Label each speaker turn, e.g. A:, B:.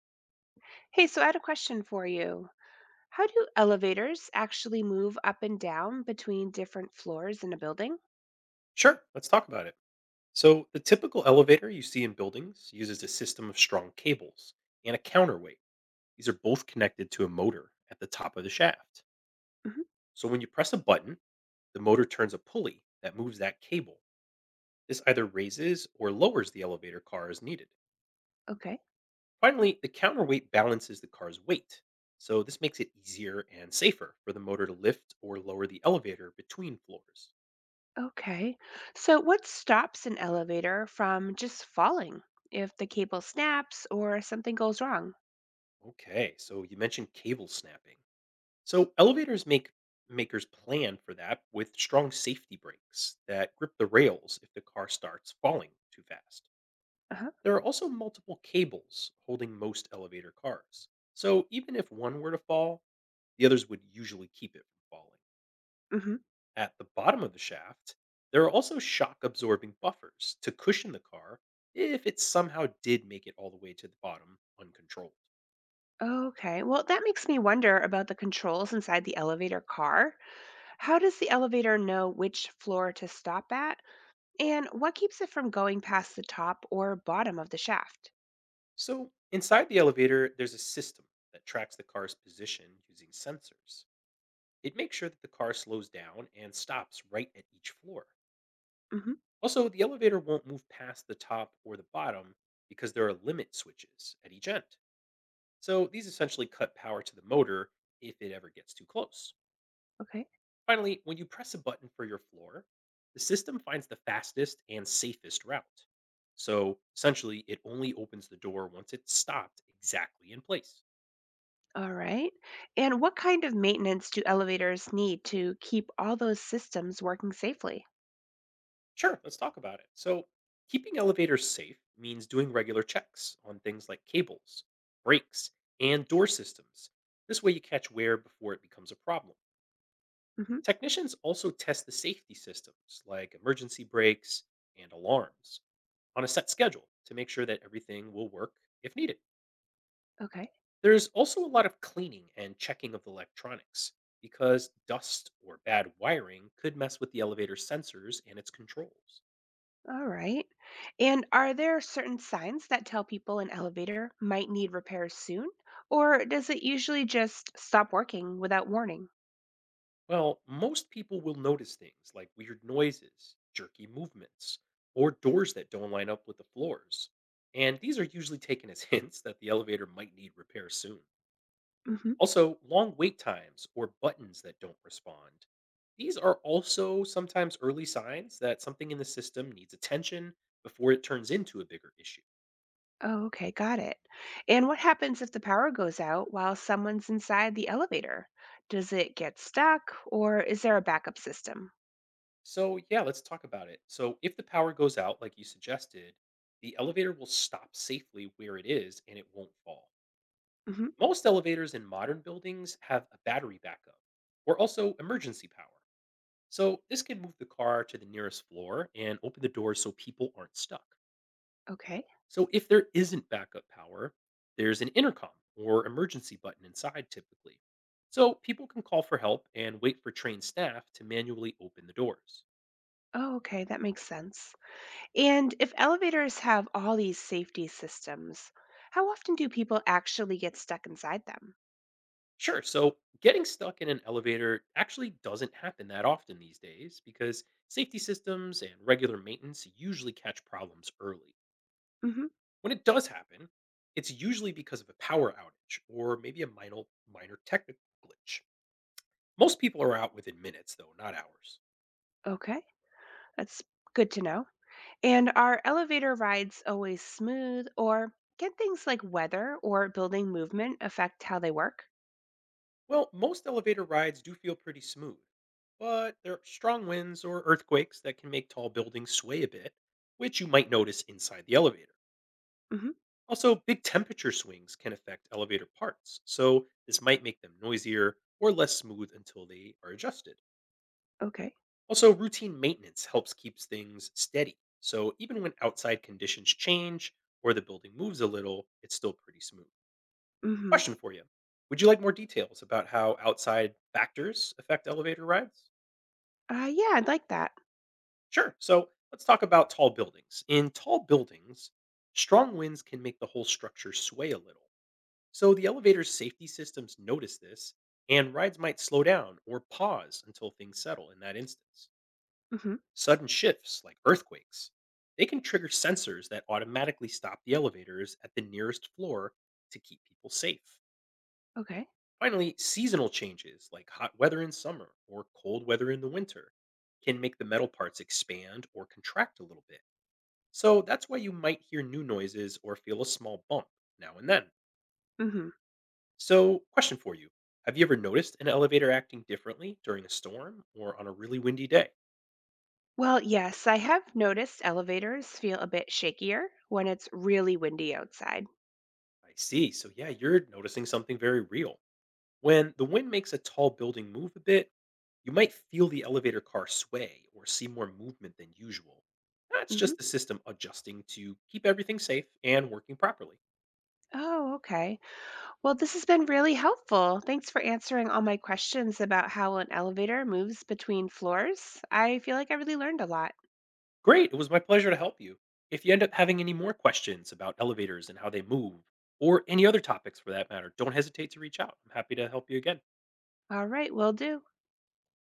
A: Hey, so I had a question for you. How do elevators actually move up and down between different floors in a building?
B: Sure, let's talk about it. So, the typical elevator you see in buildings uses a system of strong cables and a counterweight. These are both connected to a motor at the top of the shaft.
A: Hmm.
B: So, when you press a button, the motor turns a pulley that moves that cable. This either raises or lowers the elevator car as needed.
A: Okay.
B: Finally, the counterweight balances the car's weight. So, this makes it easier and safer for the motor to lift or lower the elevator between floors.
A: Okay. So, what stops an elevator from just falling if the cable snaps or something goes wrong?
B: Okay, so you mentioned cable snapping. So elevators make makers plan for that with strong safety brakes that grip the rails if the car starts falling too fast.
A: Uh-huh.
B: There are also multiple cables holding most elevator cars. So even if one were to fall, the others would usually keep it from falling.
A: Hmm.
B: At the bottom of the shaft, there are also shock absorbing buffers to cushion the car if it somehow did make it all the way to the bottom uncontrolled.
A: Okay. Well, that makes me wonder about the controls inside the elevator car. How does the elevator know which floor to stop at? And what keeps it from going past the top or bottom of the shaft?
B: So, inside the elevator, there's a system that tracks the car's position using sensors. It makes sure that the car slows down and stops right at each floor.
A: Hmm.
B: Also, the elevator won't move past the top or the bottom because there are limit switches at each end. So, these essentially cut power to the motor if it ever gets too close.
A: Okay.
B: Finally, when you press a button for your floor, the system finds the fastest and safest route. So, essentially, it only opens the door once it's stopped exactly in place.
A: All right. And what kind of maintenance do elevators need to keep all those systems working safely?
B: Sure, let's talk about it. So, keeping elevators safe means doing regular checks on things like cables, brakes, and door systems. This way, you catch wear before it becomes a problem.
A: Hmm.
B: Technicians also test the safety systems like emergency brakes and alarms on a set schedule to make sure that everything will work if needed.
A: Okay.
B: There's also a lot of cleaning and checking of the electronics because dust or bad wiring could mess with the elevator sensors and its controls.
A: All right. And are there certain signs that tell people an elevator might need repairs soon? Or does it usually just stop working without warning?
B: Well, most people will notice things like weird noises, jerky movements, or doors that don't line up with the floors. And these are usually taken as hints that the elevator might need repair soon.
A: Hmm.
B: Also, long wait times or buttons that don't respond. These are also sometimes early signs that something in the system needs attention before it turns into a bigger issue.
A: Oh, okay. Got it. And what happens if the power goes out while someone's inside the elevator? Does it get stuck or is there a backup system?
B: So, yeah, let's talk about it. So, if the power goes out, like you suggested, the elevator will stop safely where it is and it won't fall.
A: Hmm.
B: Most elevators in modern buildings have a battery backup or also emergency power. So this can move the car to the nearest floor and open the doors so people aren't stuck.
A: Okay.
B: So if there isn't backup power, there's an intercom or emergency button inside typically. So people can call for help and wait for trained staff to manually open the doors.
A: Oh, okay. That makes sense. And if elevators have all these safety systems, how often do people actually get stuck inside them?
B: Sure, so getting stuck in an elevator actually doesn't happen that often these days because safety systems and regular maintenance usually catch problems early.
A: Hmm.
B: When it does happen, it's usually because of a power outage or maybe a minor technical glitch. Most people are out within minutes though, not hours.
A: Okay, that's good to know. And are elevator rides always smooth, or can things like weather or building movement affect how they work?
B: Well, most elevator rides do feel pretty smooth, but there are strong winds or earthquakes that can make tall buildings sway a bit, which you might notice inside the elevator.
A: Hmm.
B: Also, big temperature swings can affect elevator parts, so this might make them noisier or less smooth until they are adjusted.
A: Okay.
B: Also, routine maintenance helps keeps things steady. So even when outside conditions change or the building moves a little, it's still pretty smooth.
A: Hmm.
B: Question for you. Would you like more details about how outside factors affect elevator rides?
A: Yeah, I'd like that.
B: Sure. So let's talk about tall buildings. In tall buildings, strong winds can make the whole structure sway a little. So the elevator's safety systems notice this, and rides might slow down or pause until things settle in that instance.
A: Hmm.
B: Sudden shifts, like earthquakes, they can trigger sensors that automatically stop the elevators at the nearest floor to keep people safe.
A: Okay.
B: Finally, seasonal changes, like hot weather in summer or cold weather in the winter, can make the metal parts expand or contract a little bit. So that's why you might hear new noises or feel a small bump now and then.
A: Hmm.
B: So, question for you. Have you ever noticed an elevator acting differently during a storm or on a really windy day?
A: Well, yes, I have noticed elevators feel a bit shakier when it's really windy outside.
B: I see. So, yeah, you're noticing something very real. When the wind makes a tall building move a bit, you might feel the elevator car sway or see more movement than usual. That's
A: Hmm.
B: just the system adjusting to keep everything safe and working properly.
A: Oh, okay. Well, this has been really helpful. Thanks for answering all my questions about how an elevator moves between floors. I feel like I really learned a lot.
B: Great, it was my pleasure to help you. If you end up having any more questions about elevators and how they move, or any other topics for that matter, don't hesitate to reach out. I'm happy to help you again.
A: All right, will do.